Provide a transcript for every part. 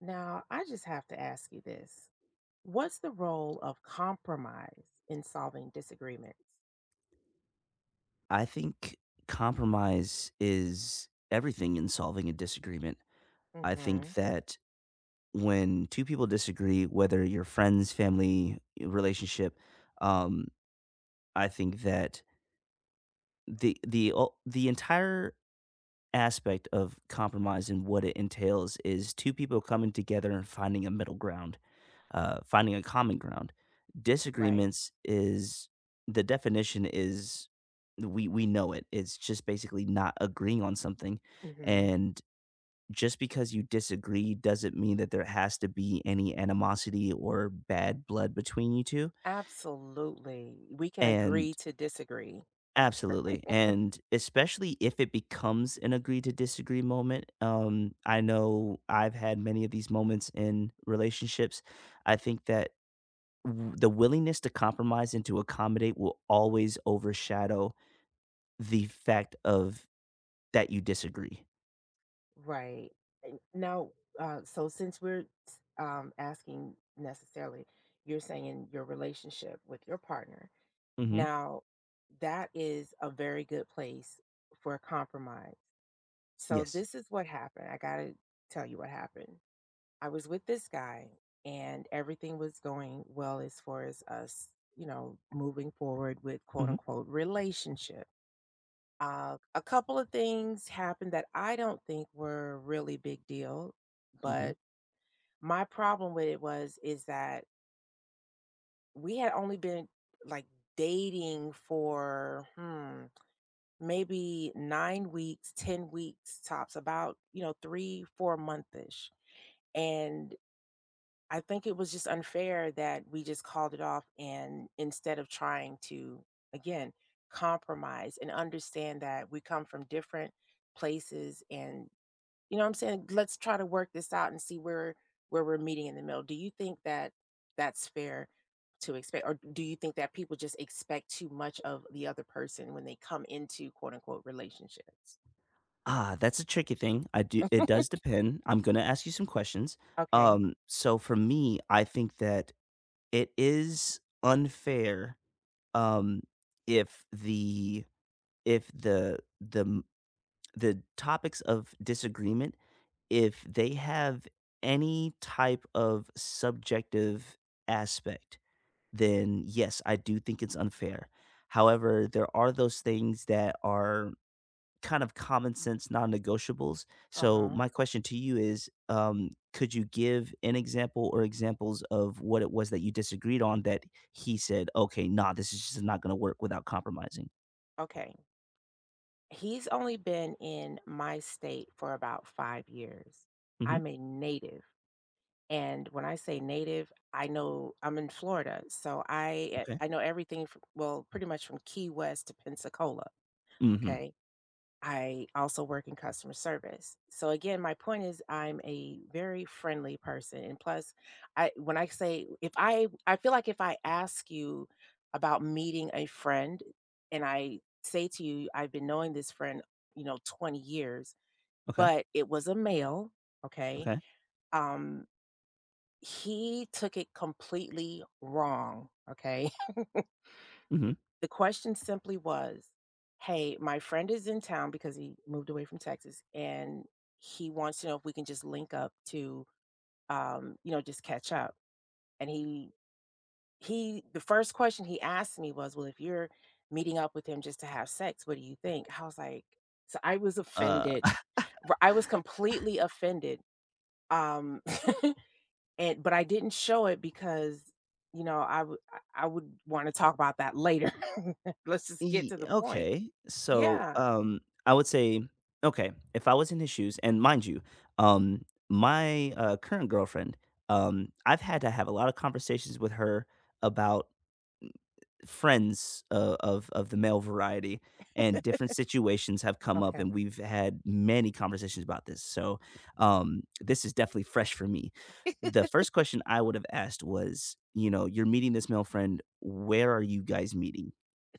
Now, I just have to ask you this. What's the role of compromise in solving disagreements? I think compromise is everything in solving a disagreement. I Mm-hmm. think that when two people disagree, whether your friends, family, relationship, um, I think that the entire aspect of compromise and what it entails is two people coming together and finding a middle ground, finding a common ground. Right. Disagreements is the definition is we know it. It's just basically not agreeing on something, Mm-hmm. and just because you disagree doesn't mean that there has to be any animosity or bad blood between you two. Absolutely. We can agree And to disagree. absolutely, and especially if it becomes an agree to disagree moment. I know I've had many of these moments in relationships. I think that the willingness to compromise and to accommodate will always overshadow the fact of that you disagree. Right. And now, so since we're asking necessarily, you're saying in your relationship with your partner. hmm Now, that is a very good place for compromise. So, Yes. this is what happened. I got to tell you what happened. I was with this guy, and everything was going well as far as us, moving forward with quote hmm unquote relationship. A couple of things happened that I don't think were really big deal, hmm but my problem with it was is that we had only been, like, dating for maybe 9 weeks, 10 weeks tops, about, three, four monthish. And I think it was just unfair that we just called it off. And instead of trying to, again, compromise and understand that we come from different places, and you know what I'm saying? Let's try to work this out and see where we're meeting in the middle. Do you think that that's fair to expect, or do you think that people just expect too much of the other person when they come into quote unquote relationships? Ah, that's a tricky thing. I do. It does depend. I'm gonna ask you some questions. Okay. So for me, I think that it is unfair. Um, if the if the the topics of disagreement, if they have any type of subjective aspect, then yes, I do think it's unfair. However, there are those things that are kind of common sense non negotiables. Uh So, huh. my question to you is, could you give an example or examples of what it was that you disagreed on that he said, okay, nah, this is just not going to work without compromising? Okay. He's only been in my state for about 5 years. hmm I'm a native. And when I say native, I know I'm in Florida. So I, Okay. I know everything from, well, pretty much from Key West to Pensacola. hmm Okay. I also work in customer service. So again, my point is I'm a very friendly person, and plus I when I say if I I feel like, if I ask you about meeting a friend and I say to you I've been knowing this friend, 20 years, Okay. but it was a male, okay? Okay. Um he took it completely wrong, okay? hmm The question simply was, "Hey, my friend is in town because he moved away from Texas, and he wants to know if we can just link up to, just catch up." And he the first question he asked me was, "Well, if you're meeting up with him just to have sex, what do you think?" I was like, so I was Uh, offended. R I was completely offended, um, and but I didn't show it because, you know, I would I I would wanna talk about that later. Let's just get Ye to the point. okay, so, Yeah. I would say okay, if I was in his shoes, and mind you, um, my, current girlfriend, I've had to have a lot of conversations with her about friends o of the male variety, and different situations have come up, Okay. and we've had many conversations about this, so, this is definitely fresh for me. The first question I would have asked was, you know, "You're meeting this male friend, where are you guys meeting?"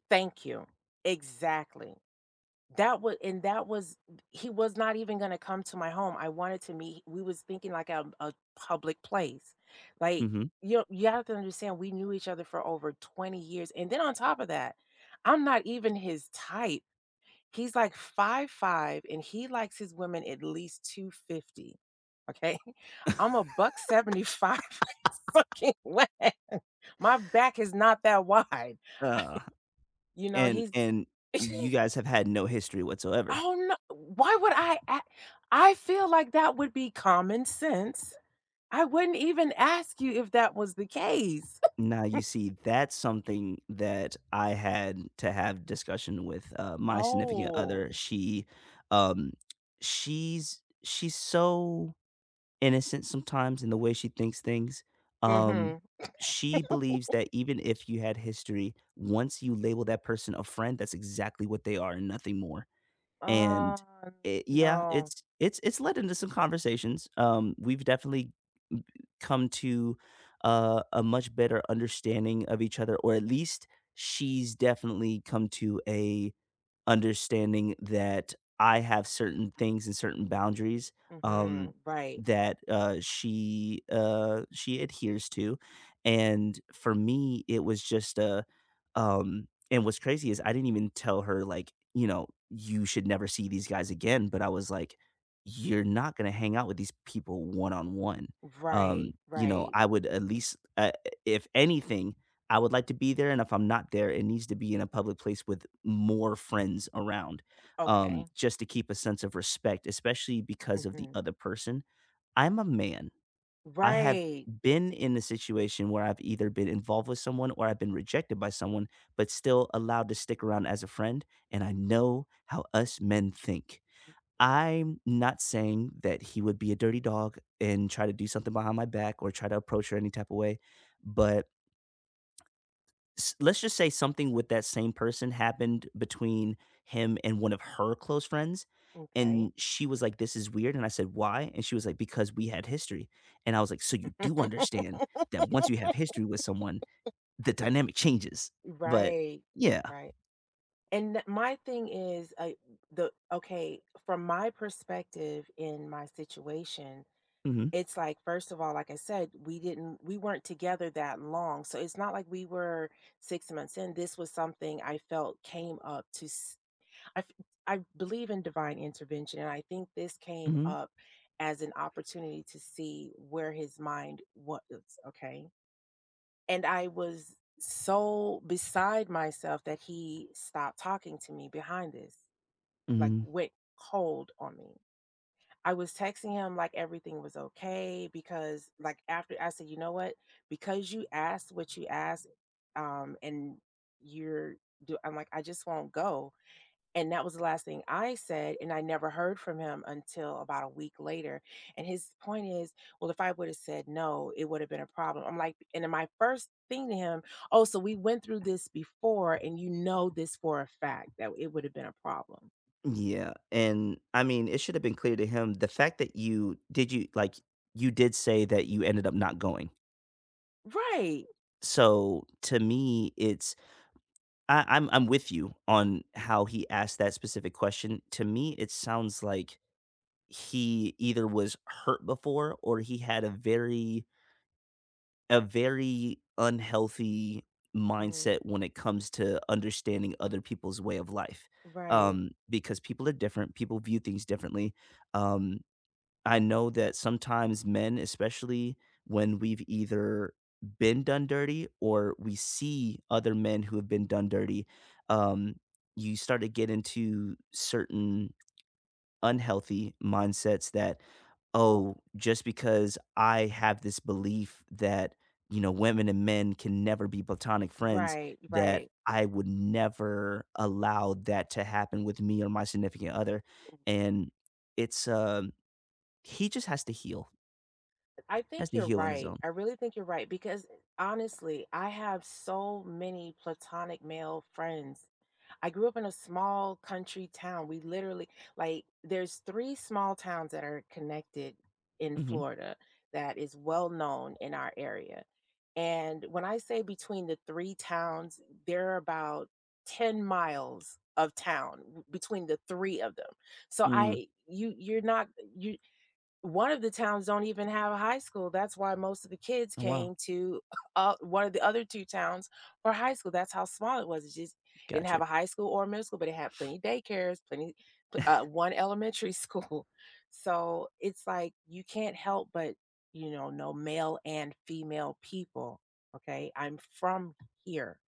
Thank you. Exactly. That was, and that was he was not even gonna come to my home. I wanted to meet we was thinking like a public place. Like, you have to understand we knew each other for over 20 years. And then on top of that, I'm not even his type. He's like 5'5", and he likes his women at least 250. Okay. I'm a buck 75 fucking way. My back is not that wide. Mhm. You know, And he's and you guys have had no history whatsoever. Oh, no, why would I a I feel like that would be common sense. I wouldn't even ask you if that was the case. Now you see, that's something that I had to have discussion with, my significant Oh. other. She, um, she's so innocent sometimes in the way she thinks things. Um, Mhm. she believes that even if you had history, once you label that person a friend, that's exactly what they are and nothing more. And, Uh, yeah, no. it's led into some conversations. We've definitely come to, a much better understanding of each other, or at least she's definitely come to a understanding that I have certain things and certain boundaries, Mhm. um, Right. that, she adheres to, and for me, it was just a, and what's crazy is I didn't even tell her, like, you know, "You should never see these guys again," but I was like, "You're not gonna hang out with these people one-on-one." Right, you know, right. I would at least, if anything, I would like to be there, and if I'm not there, it needs to be in a public place with more friends around, Okay. just to keep a sense of respect, especially because of the Mhm. other person. I'm a man. I have Right. been in a situation where I've either been involved with someone or I've been rejected by someone, but still allowed to stick around as a friend, and I know how us men think. I'm not saying that he would be a dirty dog and try to do something behind my back or try to approach her any type of way, but let's just say something with that same person happened between him and one of her close friends, Okay. and she was like, this is weird, and I said why, and she was like, because we had history, and I was like, so you do understand that once you have history with someone, the dynamic changes. But Right. yeah. Right. And my thing is, the okay, from my perspective in my situation, hmm it's like, first of all, like I said, we weren't together that long, so it's not like we were 6 months in. This was something I felt came up to s I f I believe in divine intervention, and I think this came hmm up as an opportunity to see where his mind was, okay? And I was so beside myself that he stopped talking to me behind this, like, hmm went cold on me. I was texting him like everything was okay, because, like, after I said, you know what? Because you asked what you asked, and you're do I'm like, I just won't go. And that was the last thing I said. And I never heard from him until about a week later. And his point is, well, if I would have said no, it would have been a problem. I'm like, and then my first thing to him, oh, so we went through this before, and you know this for a fact that it would have been a problem. yeah, and I mean, it should have been clear to him the fact that you, like, you did say that you ended up not going, Right. so to me it's, I'm with you on how he asked that specific question. To me, it sounds like he either was hurt before or he had a very unhealthy Mm, mindset when it comes to understanding other people's way of life. right, Because people are different, people view things differently. Um, I know that sometimes men, especially when we've either been done dirty or we see other men who have been done dirty, um, you start to get into certain unhealthy mindsets that, oh, just because I have this belief that, you know, women and men can never be platonic friends, right, that right. I would never allow that to happen with me or my significant other. And it's, he just has to heal. I He think has to you're heal on his right. own. I really think you're right, because honestly, I have so many platonic male friends. I grew up in a small country town. We literally, like, there's three small towns that are connected in Mhm. Florida that is well known in our area. And when I say between the three towns, there are about 10 miles of town between the three of them. So Mm. I you you're not you one of the towns don't even have a high school, that's why most of the kids Oh, wow. came to, one of the other 2 towns for high school. That's how small it was. It just didn't have Gotcha. a high school or a middle school, but it had plenty of daycares, plenty, 1 elementary school. So, it's like, you can't help but, know male and female people, okay? I'm from here.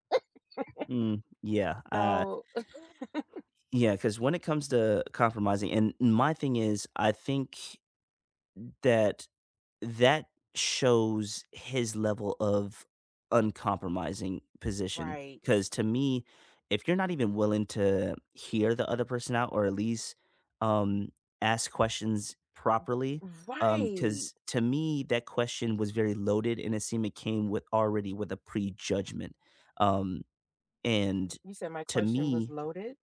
Mm. Yeah. So. Yeah. Because when it comes to compromising and my thing is, I think that that shows his level of uncompromising position. Right. Because to me, if you're not even willing to hear the other person out, or at least, um, ask questions properly, Right. because to me, that question was very loaded, and it seemed it came with already with a prejudgment, um, and You said my to question was me loaded?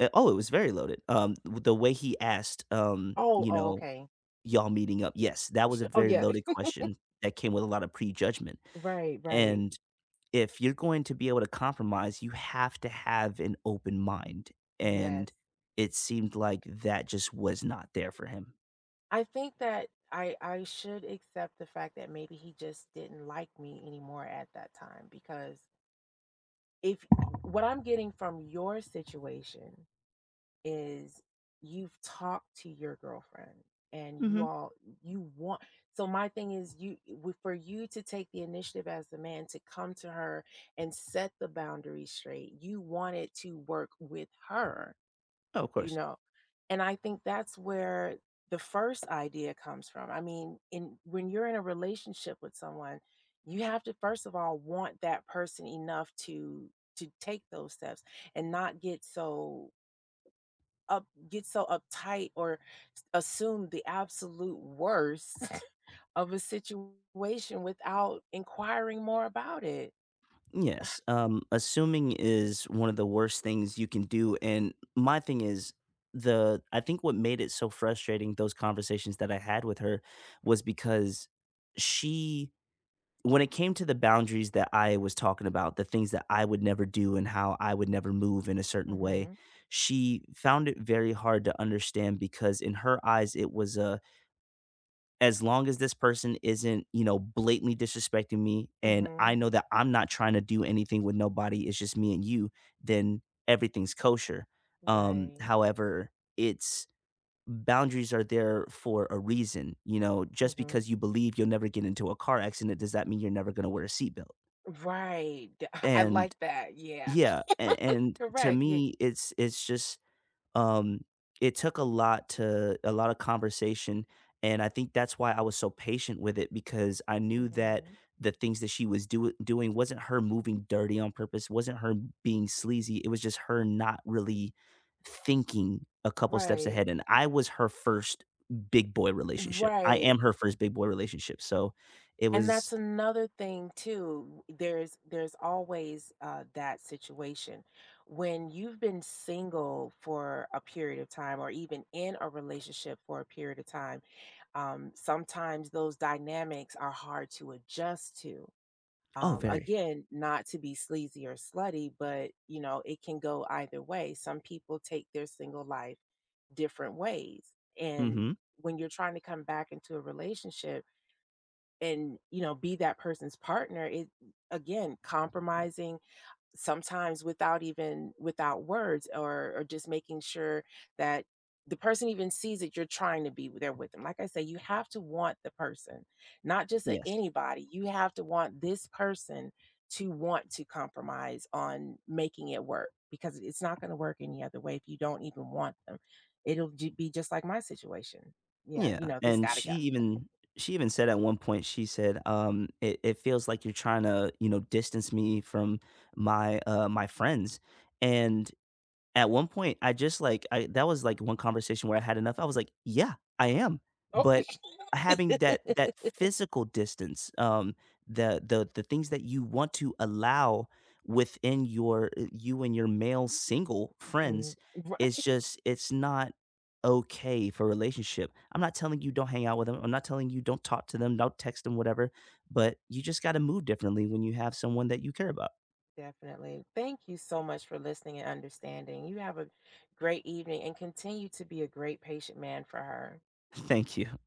eh, oh, it was very loaded, the way he asked, Oh, you oh, know, okay. y'all meeting up? Yes, that was a Oh, very yeah. loaded question that came with a lot of prejudgment, Right, right. and if you're going to be able to compromise, you have to have an open mind, and Yes. it seemed like that just was not there for him. I think that I should accept the fact that maybe he just didn't like me anymore at that time, because if what I'm getting from your situation is, you've talked to your girlfriend, and you Mhm. all you want so my thing is, for you to take the initiative as the man to come to her and set the boundaries straight, you wanted to work with her, Oh, of you course. know? And I think that's where the first idea comes from. I mean, in when you're in a relationship with someone, you have to first of all want that person enough to take those steps, and not get so up get so uptight or assume the absolute worst of a situation without inquiring more about it. Yes, assuming is one of the worst things you can do, and my thing is the I think what made it so frustrating, those conversations that I had with her, was because she, when it came to the boundaries that I was talking about, the things that I would never do and how I would never move in a certain way, Mhm. she found it very hard to understand because in her eyes it was a, as long as this person isn't, you know, blatantly disrespecting me and I Mhm. know that I'm not trying to do anything with nobody, it's just me and you, then everything's kosher. Right. However, it's, boundaries are there for a reason. You know, just Mhm. because you believe you'll never get into a car accident, does that mean you're never going to wear a seatbelt? Right. I like And that. Yeah. yeah, and and to Correct. Yeah. me, it's just, um, it took a lot to a lot of conversation, and I think that's why I was so patient with it because I knew that Mhm. the things that she was do doing wasn't her moving dirty on purpose, wasn't her being sleazy, it was just her not really thinking a couple steps Right. ahead, and I was her first big boy relationship. I Right. am her first big boy relationship, so it And was. that's another thing too. There's always, that situation when you've been single for a period of time, or even in a relationship for a period of time. Sometimes those dynamics are hard to adjust to. Oh, very. Again, not to be sleazy or slutty, but, it can go either way. Some people take their single life different ways. And Mhm. when you're trying to come back into a relationship and, be that person's partner, it, again, compromising sometimes without words, or just making sure that the person even sees that you're trying to be there with them. Like I say, you have to want the person, not just a Yes. anybody. You have to want this person to want to compromise on making it work, because it's not going to work any other way if you don't even want them. It'll be just like my situation. Yeah, Yeah, this and got to go. She even said at one point, she said, "It it feels like you're trying to, you know, distance me from my, my friends." And at one point, I just, like, I, that was, like, one conversation where I had enough. I was like, "Yeah, I am." Oh. But having that physical distance, the things that you want to allow within your, you and your male single Mhm. friends, it's Right. just it's not okay for a relationship. I'm not telling you don't hang out with them. I'm not telling you don't talk to them, don't text them, whatever. But you just got to move differently when you have someone that you care about. Definitely. Thank you so much for listening and understanding. You have a great evening, and continue to be a great patient man for her. Thank you.